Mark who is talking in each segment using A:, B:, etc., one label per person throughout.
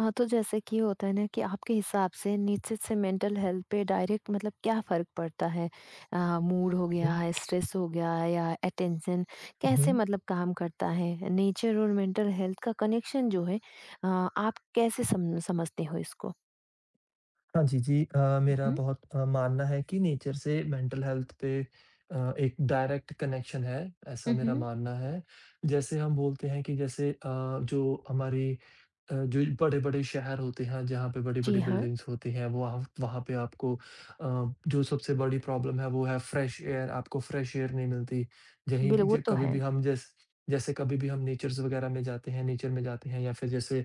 A: हाँ, तो जैसे कि होता है ना कि आपके हिसाब से निश्चित से मेंटल हेल्थ पे डायरेक्ट मतलब क्या फ़र्क पड़ता है? मूड हो गया,
B: हुँ,
A: है, स्ट्रेस हो गया है, या अटेंशन कैसे
B: हुँ।
A: मतलब काम करता है? नेचर और मेंटल हेल्थ का कनेक्शन जो है आप कैसे सम समझते हो इसको?
B: हाँ जी, जी। मेरा
A: उहुँ,
B: बहुत मानना है कि नेचर से मेंटल हेल्थ पे एक डायरेक्ट कनेक्शन है, ऐसा मेरा
A: उहुँ।
B: मानना है। जैसे हम बोलते हैं कि जो हमारी जो बड़े-बड़े शहर होते हैं, जहाँ पे
A: जी
B: बड़ी-बड़ी
A: हाँ,
B: बिल्डिंग्स होती हैं, वो वहाँ वहाँ पे आपको जो सबसे बड़ी प्रॉब्लम है, वो है फ्रेश एयर, आपको फ्रेश एयर नहीं मिलती। यहीं
A: बिल
B: भी
A: वो
B: ज
A: तो
B: कभी
A: है।
B: भी हम जैस जैसे कभी भी हम नेचर में जाते हैं या फिर जैसे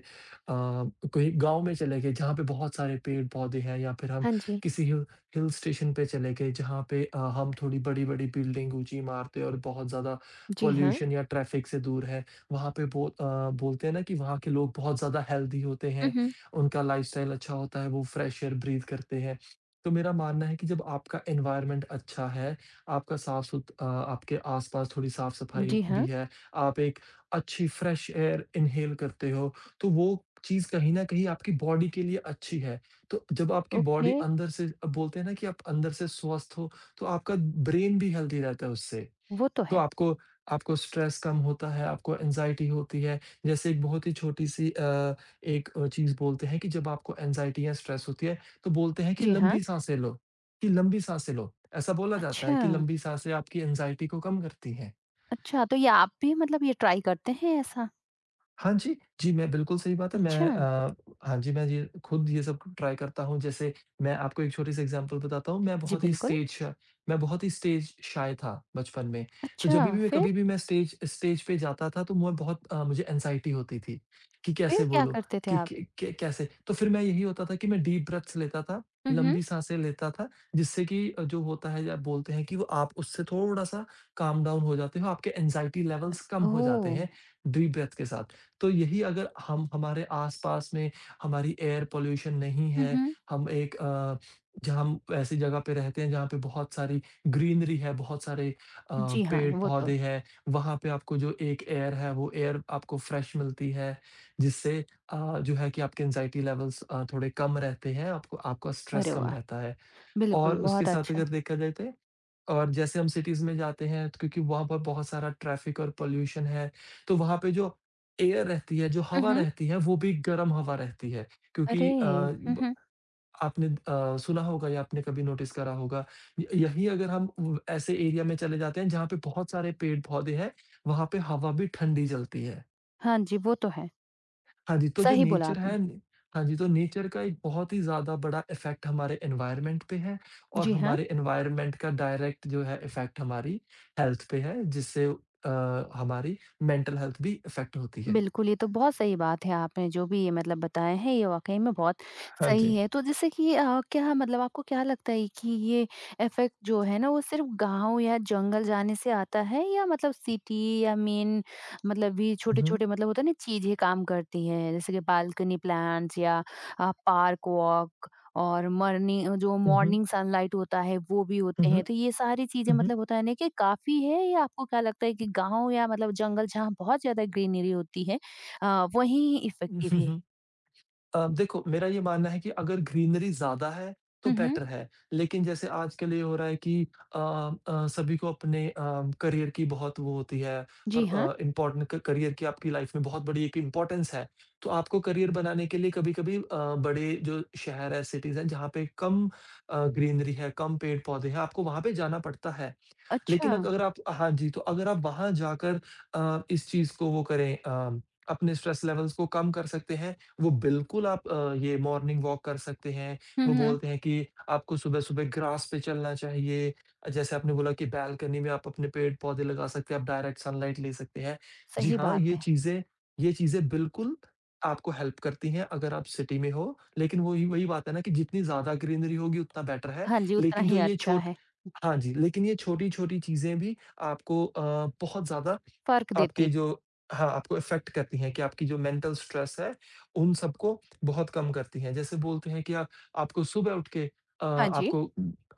B: अ, कोई गाँव में चले गए जहाँ पे बहुत सारे पेड़-पौधे हैं या फिर हम
A: हाँ जी।
B: किसी हिल हिल स्टेशन पे चले गए जहाँ पे हम थोड़ी बड़ी-बड़ी बिल्डिंग, ऊँची इमारतें और बहुत ज़्यादा
A: जी हाँ।
B: पॉल्यूशन या ट्रैफ़िक से दूर है। वहाँ पे बो अ, बोलते हैं ना कि वहाँ के लोग बहुत ज़्यादा हेल्दी होते हैं,
A: उहुँ।
B: उनका लाइफ़स्टाइल अच्छा होता है, वो फ्रेश एयर ब्रीथ करते हैं। तो मेरा मानना है कि जब आपका एनवायरनमेंट अच्छा है, आपका साफ सुथ अ, आपके आस-पास थोड़ी साफ-सफाई
A: जी
B: भी
A: हाँ,
B: है, आप एक अच्छी फ्रेश एयर इन्हेल करते हो तो वो चीज़ कहीं न कहीं आपकी बॉडी के लिए अच्छी है। तो जब आपकी
A: ओके,
B: बॉडी बोलते हैं ना कि आप अंदर से स्वस्थ हो, तो आपका ब्रेन भी हेल्दी रहता है उससे।
A: वो तो
B: तो
A: है।
B: आपको आपको स्ट्रेस कम होता है, आपको एंग्ज़ायटी होती है। जैसे एक बहुत ही छोटी-सी चीज़ बोलते हैं कि जब आपको एंग्ज़ायटी या स्ट्रेस होती है, तो बोलते हैं कि
A: जी हाँ।
B: लंबी साँसें लो, ऐसा बोला जाता
A: अच्छा,
B: है कि लंबी साँसें आपकी एंग्ज़ायटी को कम करती हैं।
A: अच्छा तो ये आप भी मतलब ये ट्राई करते हैं ऐसा?
B: हाँ जी। जी, मैं बिल्कुल सही बात है।
A: अच्छा।
B: हाँ जी, मैं ये खुद ये सब ट्राई करता हूँ। जैसे मैं आपको एक छोटी-सी एग्ज़ाम्पल बताता हूँ।
A: जी, बिल्कुल।
B: मैं बहुत ही स्टेज शाय था बचपन में। तो
A: अच्छा,
B: जभी भी मैं
A: फिर?
B: कभी भी मैं स्टेज स्टेज पे जाता था तो मुझे एंग्ज़ायटी होती थी कि
A: फिर
B: कैसे
A: क्या
B: बोलूँ?
A: करते थे
B: कि
A: आप?
B: क क कैसे? तो फिर मैं यही होता था कि मैं डीप ब्रेथ्स लेता था,
A: हुँ, हुँ।
B: लंबी साँसें लेता था जिससे कि जो होता है या बोलते हैं कि वो आप उससे थोड़ा-सा काम डाउन हो जाते हो, आपके एंग्ज़ायटी
A: अ,
B: लेवल्स कम हो जाते
A: ओह!
B: हैं डीप ब्रेथ के साथ। तो यही अगर हम हमारे आस-पास में हमारी एयर पॉल्यूशन नहीं
A: हुँ,
B: है,
A: हुँ।
B: हम एक अ, जहाँ हम ऐसी जगह पे रहते हैं जहाँ पे बहुत सारी ग्रीनरी है, बहुत सारे अ,
A: जी हाँ, वो तो
B: पेड़-पौधे हैं, वहाँ पे आपको जो एक एयर है वो एयर आपको फ्रेश मिलती है, जिससे जो है कि आपके एंग्जायटी लेवल्स थोड़े कम रहते हैं, आपको आपका स्ट्रेस
A: अरे
B: कम
A: वाह!
B: रहता है।
A: बिल्कुल,
B: और उसके
A: बहुत
B: साथ
A: अच्छा।
B: अगर देखा जाए तो और जैसे हम सिटीज़ में जाते हैं तो क्योंकि वहाँ पर बहुत सारा ट्रैफ़िक और पॉल्यूशन है, तो वहाँ पे जो एयर रहती है, जो
A: हुँ,
B: हवा
A: हुँ।
B: रहती है, वो भी गर्म हवा रहती है।
A: अरे!
B: क्योंकि अ,
A: हुँ,
B: ब
A: हुँ।
B: आपने सुना होगा या आपने कभी नोटिस करा होगा, य यही अगर हम व ऐसे एरिया में चले जाते हैं जहाँ पे बहुत सारे पेड़-पौधे हैं, वहाँ पे हवा भी ठंडी चलती है।
A: हाँ जी, वो तो है।
B: हाँ जी, तो जो
A: सही बोला
B: नेचर
A: आपने।
B: है न हाँ जी, तो नेचर का एक बहुत ही ज़्यादा बड़ा इफ़ेक्ट हमारे एनवायरनमेंट पे है और
A: जी हाँ।
B: हमारे एनवायरनमेंट का डायरेक्ट जो है इफ़ेक्ट हमारी हेल्थ पे है, जिससे हमारी मेंटल हेल्थ भी इफ़ेक्ट होती है।
A: बिल्कुल, ये तो बहुत सही बात है आपने जो भी ये मतलब बताया है, ये वाक़ई में बहुत
B: हाँ
A: सही
B: जी।
A: है। तो जैसे कि क्या मतलब आपको क्या लगता है कि ये इफ़ेक्ट जो है ना, वो सिर्फ़ गाँव या जंगल जाने से आता है या मतलब सिटी या मेन मतलब भी
B: हुँ, हुँ।
A: छोटे-छोटे मतलब होता है ना चीज़ें काम करती हैं, जैसे कि बालकनी प्लांट्स या पार्क वॉक? और मॉर्निंग जो
B: हुँ, हुँ।
A: मॉर्निंग सनलाइट होता है वो भी
B: हुँ,
A: होते हैं
B: हुँ।
A: तो ये सारी चीजें
B: हुँ,
A: मतलब होता है ना कि काफी है या आपको क्या लगता है कि गांव या मतलब जंगल जहाँ बहुत ज्यादा ग्रीनरी होती है आ, वही इफेक्टिव है
B: हुँ। अ, देखो मेरा ये मानना है कि अगर ग्रीनरी ज़्यादा है तो
A: हम्म
B: बेटर है। लेकिन जैसे आजकल ये हो रहा है कि अ सभी को अपने करियर की बहुत वो होती है
A: जी
B: पर
A: हाँ
B: अ, इम्पोर्टेंट क करियर की आपकी लाइफ़ में बहुत बड़ी एक इम्पोर्टेंस है। तो आपको करियर बनाने के लिए कभी-कभी बड़े जो शहर है, सिटीज़ हैं, जहाँ पे कम ग्रीनरी है, कम पेड़-पौधे हैं, आपको वहाँ पे जाना पड़ता है।
A: अच्छा
B: लेकिन अग अगर आप हाँ जी, तो अगर आप वहाँ जाकर अ, इस चीज़ को वो करें अ, अपने स्ट्रेस लेवल्स को कम कर सकते हैं। वो बिल्कुल आप अ, ये मॉर्निंग वॉक कर सकते हैं। वो
A: हम्म
B: बोलते हैं कि आपको सुबह-सुबह ग्रास पे चलना चाहिए। जैसे आपने बोला कि बालकनी में आप अपने पेड़-पौधे लगा सकते हैं, आप डायरेक्ट सनलाइट ले सकते हैं। जी
A: सही
B: हाँ,
A: बात
B: ये
A: है
B: चीज़ें ये चीज़ें बिल्कुल आपको हेल्प करती हैं अगर आप सिटी में हो। लेकिन वही वही बात है ना कि जितनी ज़्यादा ग्रीनरी होगी उतना बेटर है।
A: हाँ जी उतना
B: लेकिन जो
A: ही
B: ये
A: अच्छा
B: छोटे
A: है
B: हाँ जी, लेकिन ये छोटी-छोटी चीज़ें भी आपको अ, बहुत ज़्यादा
A: फर्क देती
B: आपके
A: है
B: जो हाँ, आपको इफ़ेक्ट करती हैं कि आपकी जो मेंटल स्ट्रेस है, उन सबको बहुत कम करती हैं। जैसे बोलते हैं कि आप आपको सुबह उठ के अ,
A: हाँ जी
B: आपको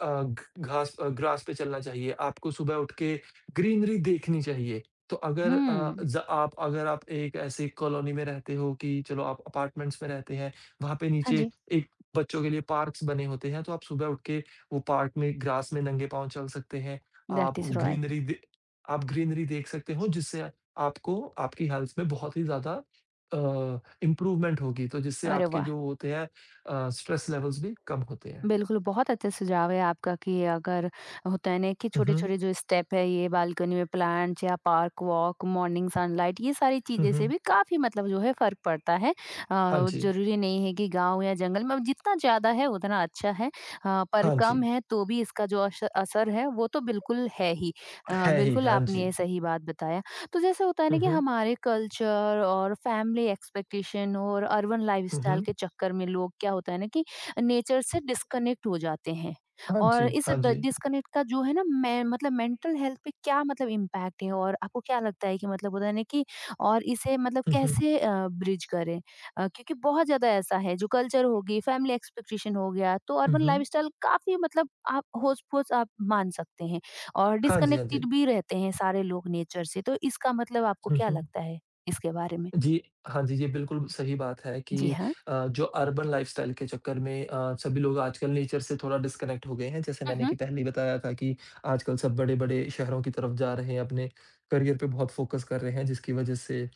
B: अ, घ ग्रास पे चलना चाहिए, आपको सुबह उठ के ग्रीनरी देखनी चाहिए।
A: हम्म
B: अगर आप एक ऐसी कॉलोनी में रहते हो कि चलो आप अपार्टमेंट्स में रहते हैं, वहाँ पे
A: हाँ
B: नीचे
A: जी
B: एक बच्चों के लिए पार्क्स बने होते हैं, तो आप सुबह उठ के वो पार्क में ग्रास में नंगे पाँव चल सकते हैं।
A: दैट
B: आप
A: इज राइट
B: ग्रीनरी दे आप ग्रीनरी देख सकते हो जिससे आपको आपकी हेल्थ में बहुत ही ज़्यादा अ, इम्प्रूवमेंट होगी तो जिससे
A: अरे
B: आपके
A: वाह
B: जो होते हैं स्ट्रेस लेवल्स भी कम होते हैं।
A: बिल्कुल, बहुत अच्छा सुझाव है आपका कि अगर होता है ना कि
B: हुँ, हुँ।
A: छोटे-छोटे जो स्टेप है ये बालकनी में प्लांट्स या पार्क वॉक, मॉर्निंग सनलाइट ये सारी
B: हुँ,
A: चीज़ें से
B: हुँ।
A: भी काफ़ी मतलब जो है फ़र्क पड़ता है।
B: हाँ जी,
A: ज़रूरी नहीं है कि गाँव या जंगल में अब जितना ज़्यादा है उतना अच्छा है। पर
B: हाँ
A: कम
B: जी।
A: है तो भी इसका जो अश असर है वो तो बिल्कुल है ही।
B: है ही,
A: बिल्कुल
B: हाँ
A: आपने ये
B: जी।
A: सही बात बताया। तो जैसे होता है ना
B: हुँ,
A: कि
B: हुँ।
A: हमारे कल्चर और फैमिली एक्सपेक्टेशन और अर्बन
B: हुँ,
A: लाइफ़स्टाइल
B: हुँ।
A: के चक्कर में लोग क्या होता है ना कि नेचर से डिस्कनेक्ट हो जाते हैं
B: हाँ
A: और
B: जी,
A: इस
B: हाँ
A: ड
B: जी।
A: डिस्कनेक्ट का जो है ना मैं मतलब मेंटल हेल्थ पे क्या मतलब इम्पैक्ट है और आपको क्या लगता है कि मतलब होता है ना कि और इसे मतलब
B: हुँ, हुँ।
A: कैसे ब्रिज करें? क्योंकि बहुत ज़्यादा ऐसा है जो कल्चर होगी, फैमिली एक्सपेक्टेशन हो गया, तो
B: हुँ,
A: अर्बन
B: हुँ।
A: लाइफस्टाइल काफ़ी मतलब आप होच-पोच आप मान सकते हैं और
B: हाँ जी, हाँ
A: डिस्कनेक्टेड
B: जी।
A: भी रहते हैं सारे लोग नेचर से, तो इसका मतलब आपको
B: हुँ,
A: क्या
B: हुँ।
A: लगता है इसके बारे में?
B: जी, हाँ जी, ये बिल्कुल सही बात है
A: जी
B: कि
A: हाँ।
B: जो अर्बन लाइफ़स्टाइल के चक्कर में सभी लोग आजकल नेचर से थोड़ा डिस्कनेक्ट हो गए हैं। जैसे
A: हुँ,
B: मैंने
A: हुँ।
B: कि पहले ही बताया था कि आजकल सब बड़े-बड़े शहरों की तरफ जा रहे हैं, अपने करियर पे बहुत फ़ोकस कर रहे हैं, जिसकी वज़ह से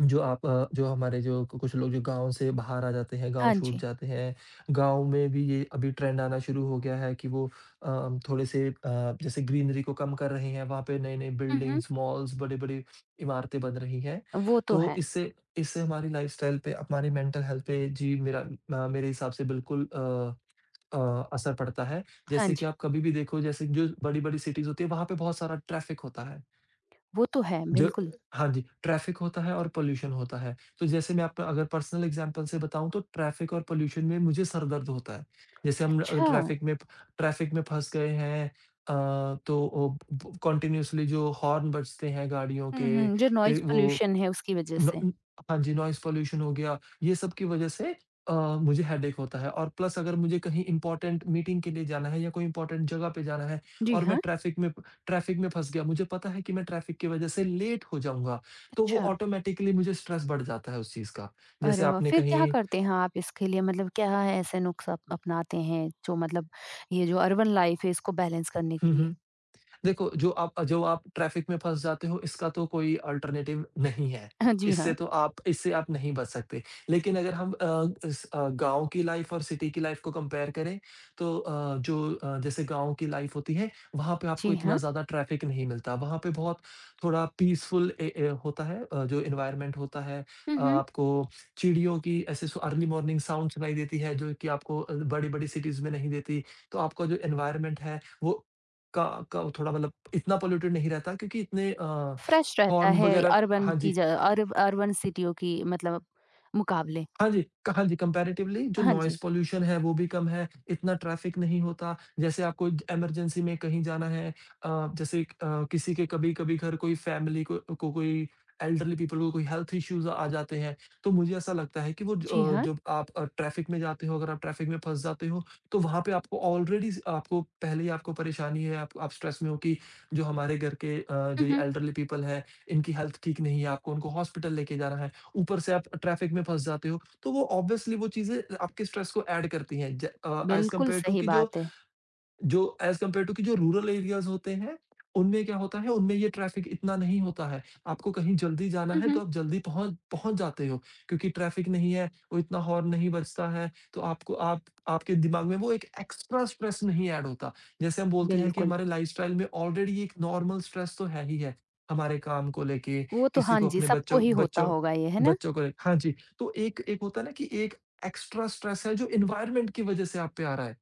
B: जो आप अ, जो हमारे जो कु- कुछ लोग जो गाँव से बाहर आ जाते हैं, गाँव
A: हाँ
B: छूट
A: जी।
B: जाते हैं, गाँव में भी ये अभी ट्रेंड आना शुरू हो गया है कि वो अ, थोड़े से अ, जैसे ग्रीनरी को कम कर रहे हैं, वहाँ पे नए-नए
A: हुँ, हुँ।
B: बिल्डिंग्स, मॉल्स, बड़ी-बड़ी इमारतें बन रही हैं।
A: वो तो
B: तो
A: है।
B: इससे इससे हमारी लाइफ़स्टाइल पे, हमारी मेंटल हेल्थ पे मेरे हिसाब से बिल्कुल अ, असर पड़ता है।
A: हाँ
B: जैसे
A: जी।
B: कि आप कभी भी देखो जैसे जो बड़ी-बड़ी सिटीज़ होती है, वहाँ पे बहुत सारा ट्रैफ़िक होता है।
A: वो तो है,
B: जो
A: बिल्कुल।
B: हाँ जी, ट्रैफ़िक होता है और पॉल्यूशन होता है। तो जैसे मैं आपका अगर पर्सनल एग्ज़ाम्पल से बताऊँ तो ट्रैफ़िक और पॉल्यूशन में मुझे सर दर्द होता है। जैसे हम अ,
A: अच्छा,
B: ट्रैफ़िक में ट्रैफ़िक में फँस गए हैं अ, तो ओ ब कंटीन्यूअसली जो हॉर्न बजते हैं गाड़ियों
A: हुँ,
B: के,
A: हुँ, जो नॉइज़
B: फिर वो
A: पॉल्यूशन है उसकी वज़ह
B: न
A: से।
B: उम, हाँ जी, नॉइज़ पॉल्यूशन हो गया, ये सब की वजह से अ, मुझे हेडेक होता है और प्लस अगर मुझे कहीं इम्पोर्टेंट मीटिंग के लिए जाना है या कोई इम्पोर्टेंट जगह पे जाना है
A: जी
B: और मैं
A: हाँ,
B: ट्रैफ़िक में फँस गया, मुझे पता है कि मैं ट्रैफ़िक की वजह से लेट हो जाऊँगा, तो वो
A: अच्छा।
B: ऑटोमैटिकली मुझे स्ट्रेस बढ़ जाता है उस चीज़ का। जैसे
A: अरे वाह!
B: आपने
A: फिर क्या
B: कहीं
A: करते हैं आप इसके लिए मतलब क्या है ऐसे नुस्ख़ा अप अपनाते हैं जो मतलब ये जो अर्बन लाइफ़ है इसको बैलेंस करने के
B: हुँ,
A: लिए?
B: हुँ। देखो, जो आप ट्रैफ़िक में फँस जाते हो इसका तो कोई अल्टरनेटिव नहीं है।
A: हाँ, जी हाँ,
B: इससे आप नहीं बच सकते। लेकिन अगर हम गाँव की लाइफ़ और सिटी की लाइफ़ को कंपेयर करें तो जैसे गाँव की लाइफ़ होती है वहाँ पे आपको
A: जी
B: इतना
A: हाँ।
B: ज़्यादा ट्रैफ़िक नहीं मिलता। वहाँ पे बहुत थोड़ा पीसफुल ए ए होता है जो एनवायरनमेंट होता है।
A: हुँ,
B: अ,
A: हुँ।
B: आपको चिड़ियों की ऐसे सु अर्ली मॉर्निंग साउंड सुनाई देती है जो कि आपको बड़ी-बड़ी सिटीज़ में नहीं देती। तो आपका जो एनवायरनमेंट है वो का का थोड़ा मतलब इतना पॉल्यूटेड नहीं रहता क्योंकि इतने अ,
A: फ्रेश रहता
B: हॉर्न
A: है
B: वगैरह
A: अर्बन
B: हाँ
A: की
B: जी।
A: ज अर्ब अर्बन सिटियों की मतलब मुकाबले।
B: हाँ जी, क हाँ जी, कंपैरेटिवली जो
A: हाँ
B: नॉइज़
A: जी।
B: पॉल्यूशन है वो भी कम है, इतना ट्रैफ़िक नहीं होता। जैसे आपको ज इमरजेंसी में कहीं जाना है अ, किसी के कभी-कभी घर कोई फैमिली को कोई एल्डरली पीपल को कोई हेल्थ इश्यूज़ आ जाते हैं, तो मुझे ऐसा लगता है कि
A: जी हाँ।
B: जब आप ट्रैफ़िक में जाते हो, अगर आप ट्रैफ़िक में फँस जाते हो, तो वहाँ पे आपको ऑलरेडी स आपको पहले ही आपको परेशानी है, आप स्ट्रेस में हो कि जो हमारे घर के अ,
A: हुँ,
B: जो ये
A: हुँ।
B: एल्डरली पीपल हैं, इनकी हेल्थ ठीक नहीं है, आपको उनको हॉस्पिटल लेके जाना है। ऊपर से आप ट्रैफ़िक में फँस जाते हो तो वो ऑब्वियसली वो चीज़ें आपके स्ट्रेस को ऐड करती हैं ज अ, एज़
A: बिल्कुल
B: कम्पेयर टू
A: सही
B: कि जो
A: बात है।
B: जो एज़ कम्पेयर टू कि जो रूरल एरियाज़ होते हैं, उनमें क्या होता है, उनमें ये ट्रैफ़िक इतना नहीं होता है। आपको कहीं जल्दी जाना
A: हुँ,
B: है,
A: हुँ।
B: तो आप जल्दी पहुँच पहुँच जाते हो क्योंकि ट्रैफ़िक नहीं है, वो इतना हॉर्न नहीं बजता है, तो आपको आप आपके दिमाग में वो एक एक्स्ट्रा स्ट्रेस नहीं ऐड होता। जैसे हम बोलते हैं कि
A: बिल्कुल।
B: हमारे लाइफ़स्टाइल में ऑलरेडी एक नॉर्मल स्ट्रेस तो है ही है, हमारे काम को लेके,
A: वो तो
B: किसी
A: हाँ
B: को
A: जी,
B: अपने
A: सबको
B: बच्चों
A: ही होता
B: बच्चों
A: होगा ये, है ना?
B: बच्चों को ले हाँ जी, तो एक एक होता है ना कि एक एक्स्ट्रा स्ट्रेस है जो एनवायरनमेंट की वज़ह से आप पे आ रहा है।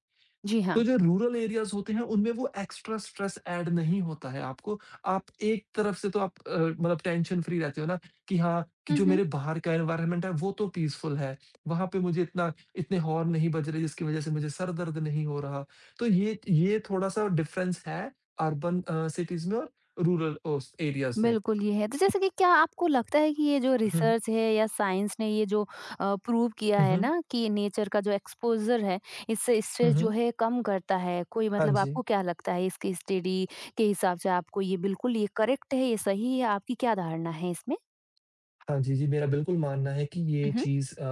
A: जी हाँ।
B: तो जो रूरल एरियाज़ होते हैं, उनमें वो एक्स्ट्रा स्ट्रेस ऐड नहीं होता है आपको। आप एक तरफ से तो आप मतलब टेंशन फ्री रहते हो ना कि हाँ, कि
A: हुँ,
B: जो
A: हुँ।
B: मेरे बाहर का एनवायरनमेंट है, वो तो पीसफुल है। वहाँ पे मुझे इतना इतने हॉर्न नहीं बज रहे, जिसकी वज़ह से मुझे सर दर्द नहीं हो रहा। तो ये थोड़ा-सा डिफ़रेंस है अर्बन सिटीज़ में और रूरल ओस एरियाज़ में।
A: बिल्कुल, ये है। तो जैसे कि क्या आपको लगता है कि ये जो
B: हुँ,
A: रिसर्च है या साइंस ने ये जो प्रूव किया
B: हुँ,
A: है
B: हुँ,
A: ना कि नेचर का जो एक्सपोज़र है, इससे
B: हुँ,
A: स्ट्रेस जो
B: हुँ।
A: है कम करता है, कोई
B: हाँ
A: मतलब
B: जी।
A: आपको क्या लगता है इसकी स्टडी के हिसाब से आपको ये बिल्कुल ये करेक्ट है, ये सही है, आपकी क्या धारणा है इसमें?
B: हाँ जी, जी, मेरा बिल्कुल मानना है कि
A: हुँ,
B: ये
A: हुँ।
B: चीज़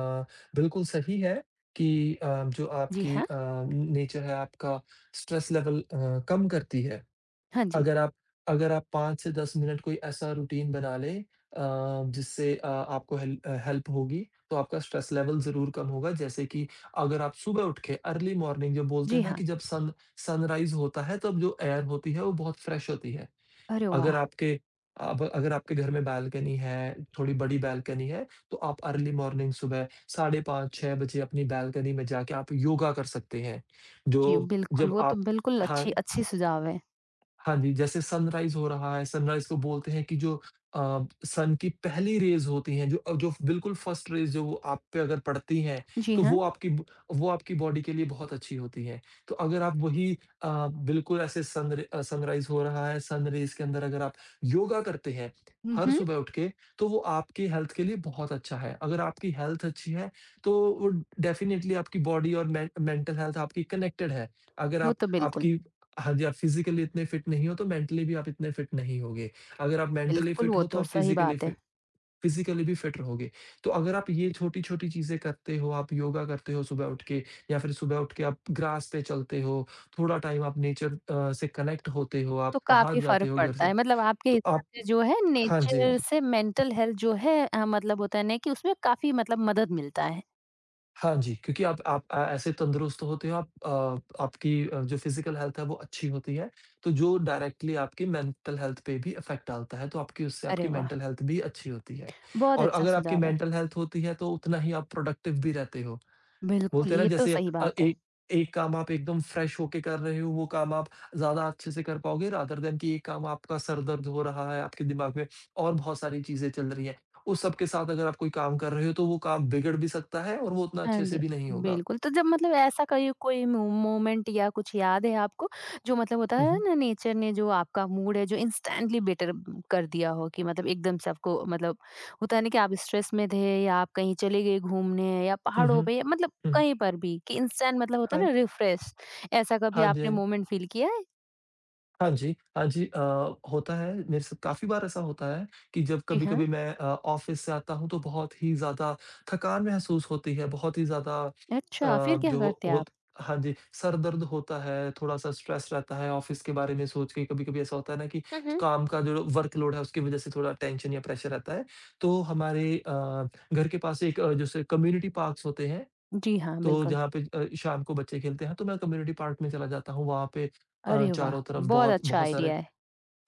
B: बिल्कुल सही है कि जो
A: जी
B: आपकी
A: हाँ।
B: नेचर है, आपका स्ट्रेस लेवल कम करती है।
A: हाँ जी।
B: अगर आप अगर आप 5 से 10 मिनट कोई ऐसा रूटीन बना लें, जिससे आपको हेल्प होगी, तो आपका स्ट्रेस लेवल ज़रूर कम होगा। जैसे कि अगर आप सुबह उठ के अर्ली मॉर्निंग जो बोलते
A: जी
B: हैं ना
A: हाँ।
B: कि जब सन सनराइज़ होता है, तब जो एयर होती है, वो बहुत फ्रेश होती है।
A: अरे
B: अगर
A: वाह!
B: आपके अगर आपके घर में बालकनी है, थोड़ी बड़ी बालकनी है, तो आप अर्ली मॉर्निंग सुबह 5:30-6 बजे अपनी बालकनी में जाके आप योगा कर सकते हैं।
A: जी,
B: जो
A: बिल्कुल,
B: जब
A: वो तो
B: आप
A: बिल्कुल
B: हाँ,
A: अच्छी अच्छी सुझाव है।
B: हाँ जी, जैसे सनराइज़ हो रहा है, सनराइज़ को बोलते हैं कि जो सन की पहली रेज़ होती हैं, जो बिल्कुल फर्स्ट रेज़ जो वो आप पे अगर पड़ती हैं,
A: जी
B: तो
A: हाँ।
B: वो आपकी बॉडी के लिए बहुत अच्छी होती हैं। तो अगर आप वही बिल्कुल ऐसे सनराइज़ हो रहा है, सन रेज़ के अंदर अगर आप योगा करते हैं,
A: हुँ,
B: हर
A: हुँ।
B: सुबह उठ के, तो वो आपकी हेल्थ के लिए बहुत अच्छा है। अगर आपकी हेल्थ अच्छी है, तो वो डेफ़िनिटली आपकी बॉडी और में मेंटल हेल्थ आपकी कनेक्टेड है। अगर
A: वो
B: आप
A: तो बिल्कुल,
B: आपकी हाँ जी, आप फिज़िकली इतने फिट नहीं हो तो मेंटली भी आप इतने फिट नहीं होगे। अगर आप मेंटली
A: बिल्कुल
B: फिट
A: वो
B: हो तो
A: तो
B: आप
A: सही बात है।
B: फिज़िकली भी फिट रहोगे। तो अगर आप ये छोटी-छोटी चीज़ें करते हो, आप योगा करते हो सुबह उठ के या फिर सुबह उठ के आप ग्रास पे चलते हो, थोड़ा टाइम आप नेचर से कनेक्ट होते हो,
A: तो
B: आप बाहर
A: काफ़ी
B: जाते
A: फ़र्क
B: हो घर
A: पड़ता है।
B: से,
A: मतलब आपके
B: तो
A: हिसाब
B: आप
A: से जो है
B: हाँ जी।
A: नेचर से मेंटल हेल्थ जो है मतलब होता है ना कि उसमें काफ़ी मतलब मदद मिलता है।
B: हाँ जी, क्योंकि ऐसे तंदुरुस्त होते हो, आप आपकी जो फ़िज़िकल हेल्थ है वो अच्छी होती है, तो जो डायरेक्टली आपकी मेंटल हेल्थ पे भी इफ़ेक्ट डालता है, तो आपकी उससे
A: अरे
B: आपकी
A: वाह!
B: मेंटल हेल्थ भी अच्छी होती है।
A: बहुत
B: और
A: अच्छा
B: अगर आपकी
A: सुझाव है।
B: मेंटल हेल्थ होती है, तो उतना ही आप प्रोडक्टिव भी रहते हो।
A: बिल्कुल,
B: बोलते हैं ना
A: ये तो
B: जैसे
A: सही बात है।
B: एक एक काम आप एकदम फ्रेश होके कर रहे हो, वो काम आप ज़्यादा अच्छे से कर पाओगे रादर देन कि एक काम आपका सर दर्द हो रहा है, आपके दिमाग में और बहुत सारी चीज़ें चल रही हैं। उस सब के साथ अगर आप कोई काम कर रहे हो, तो वो काम बिगड़ भी सकता है और वो उतना
A: हाँ
B: अच्छे
A: जी,
B: से भी नहीं होगा।
A: बिल्कुल। तो जब मतलब ऐसा कहीं कोई मू मोमेंट या कुछ याद है आपको जो मतलब होता
B: हुँ,
A: है
B: हुँ।
A: ना नेचर ने जो आपका मूड है जो इंस्टेंटली बेटर कर दिया हो कि मतलब एकदम से आपको मतलब होता है ना कि आप स्ट्रेस में थे या आप कहीं चले गए घूमने या
B: हुँ,
A: पहाड़ों
B: हुँ।
A: पे या मतलब
B: हुँ।
A: कहीं पर भी कि इंस्टेंट मतलब होता है
B: हाँ,
A: ना रिफ्रेश ऐसा कभी
B: हाँ जी,
A: आपने
B: हाँ जी।
A: मोमेंट फील किया है?
B: हाँ जी, हाँ जी। होता है मेरे साथ काफ़ी बार ऐसा होता है कि जब
A: जी हाँ।
B: कभी-कभी मैं ऑफ़िस से आता हूँ तो बहुत ही ज़्यादा थकान महसूस होती है, बहुत ही ज़्यादा
A: अच्छा, फिर क्या
B: जो
A: करते
B: होत
A: आप?
B: हाँ जी, सर दर्द होता है, थोड़ा-सा स्ट्रेस रहता है ऑफ़िस के बारे में सोच के। कभी-कभी ऐसा होता है ना कि
A: हुँ, हुँ।
B: काम का जो वर्कलोड है उसकी वज़ह से थोड़ा टेंशन या प्रेशर रहता है। तो हमारे घर के पास एक जैसे कम्युनिटी पार्क्स होते हैं
A: जी हाँ,
B: तो
A: बिल्कुल।
B: जहाँ पे शाम को बच्चे खेलते हैं, तो मैं कम्युनिटी पार्क में चला जाता हूँ। वहाँ पे
A: अरे वाह!
B: चारों तरफ
A: बहुत
B: बहुत
A: अच्छा
B: बहुत सारे
A: आइडिया है।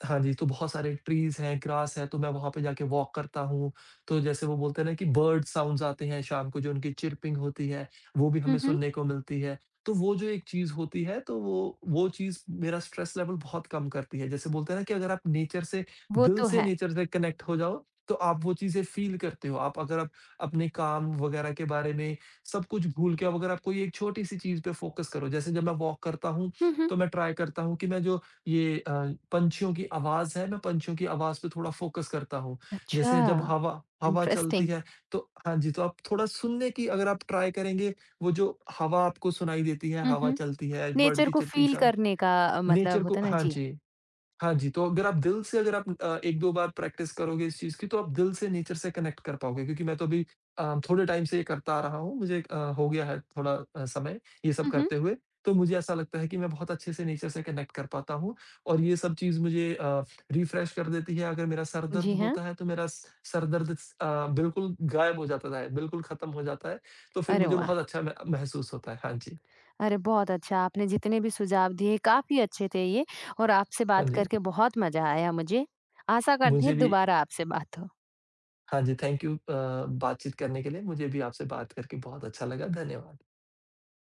B: हाँ जी, तो बहुत सारे ट्रीज़ हैं, ग्रास है, तो मैं वहाँ पे जाके वॉक करता हूँ। तो जैसे वो बोलते हैं ना कि बर्ड साउंड्स आते हैं शाम को जो उनकी चिर्पिंग होती है, वो भी
A: हुँ,
B: हमें
A: हुँ।
B: सुनने को मिलती है। तो वो जो एक चीज़ होती है तो वो चीज़ मेरा स्ट्रेस लेवल बहुत कम करती है। जैसे बोलते हैं ना कि अगर आप नेचर से
A: वो
B: दिल
A: तो
B: से
A: है।
B: नेचर से कनेक्ट हो जाओ, तो आप वो चीज़ें फ़ील करते हो। आप अगर आप अपने काम वगैरह के बारे में सब कुछ भूल के अब अगर आप कोई एक छोटी-सी चीज़ पे फ़ोकस करो, जैसे जब मैं वॉक करता हूँ,
A: हुँ, हुँ।
B: तो मैं ट्राई करता हूँ कि मैं जो ये पंछियों की आवाज़ है, मैं पंछियों की आवाज़ पे थोड़ा फ़ोकस करता हूँ।
A: अच्छा।
B: जैसे जब हवा हवा चलती
A: इंटरेस्टिंग।
B: है तो हाँ जी, तो आप थोड़ा सुनने की अगर आप ट्राई करेंगे, वो जो हवा आपको सुनाई देती है,
A: हुँ,
B: हवा
A: हुँ।
B: चलती है, बर्ड
A: नेचर
B: की
A: को
B: चिरपिंग
A: फ़ील
B: साउंड,
A: करने का मतलब
B: नेचर
A: होता
B: को
A: है ना?
B: हाँ
A: जी।
B: जी। हाँ जी, तो अगर आप दिल से अगर आप 1-2 बार प्रैक्टिस करोगे इस चीज़ की तो आप दिल से नेचर से कनेक्ट कर पाओगे क्योंकि मैं तो अभी थोड़े टाइम से ये करता आ रहा हूँ। मुझे हो गया है थोड़ा समय ये सब
A: हुँ, हुँ।
B: करते हुए। तो मुझे ऐसा लगता है कि मैं बहुत अच्छे से नेचर से कनेक्ट कर पाता हूँ और ये सब चीज़ मुझे रिफ्रेश कर देती है। अगर मेरा सर दर्द
A: जी हाँ।
B: होता है तो मेरा स सर दर्द बिल्कुल गायब हो जाता है, बिल्कुल खत्म हो जाता है। तो फिर
A: अरे
B: मुझे
A: वाह!
B: बहुत अच्छा म महसूस होता है। हाँ जी।
A: अरे बहुत अच्छा, आपने जितने भी सुझाव दिए काफ़ी अच्छे थे ये और आपसे
B: हाँ
A: बात
B: जी।
A: करके बहुत मज़ा आया मुझे। आशा करते
B: मुझे
A: हैं
B: भी
A: दोबारा आपसे बात हो।
B: हाँ जी, थैंक यू बातचीत करने के लिए। मुझे भी आपसे बात करके बहुत अच्छा लगा। धन्यवाद।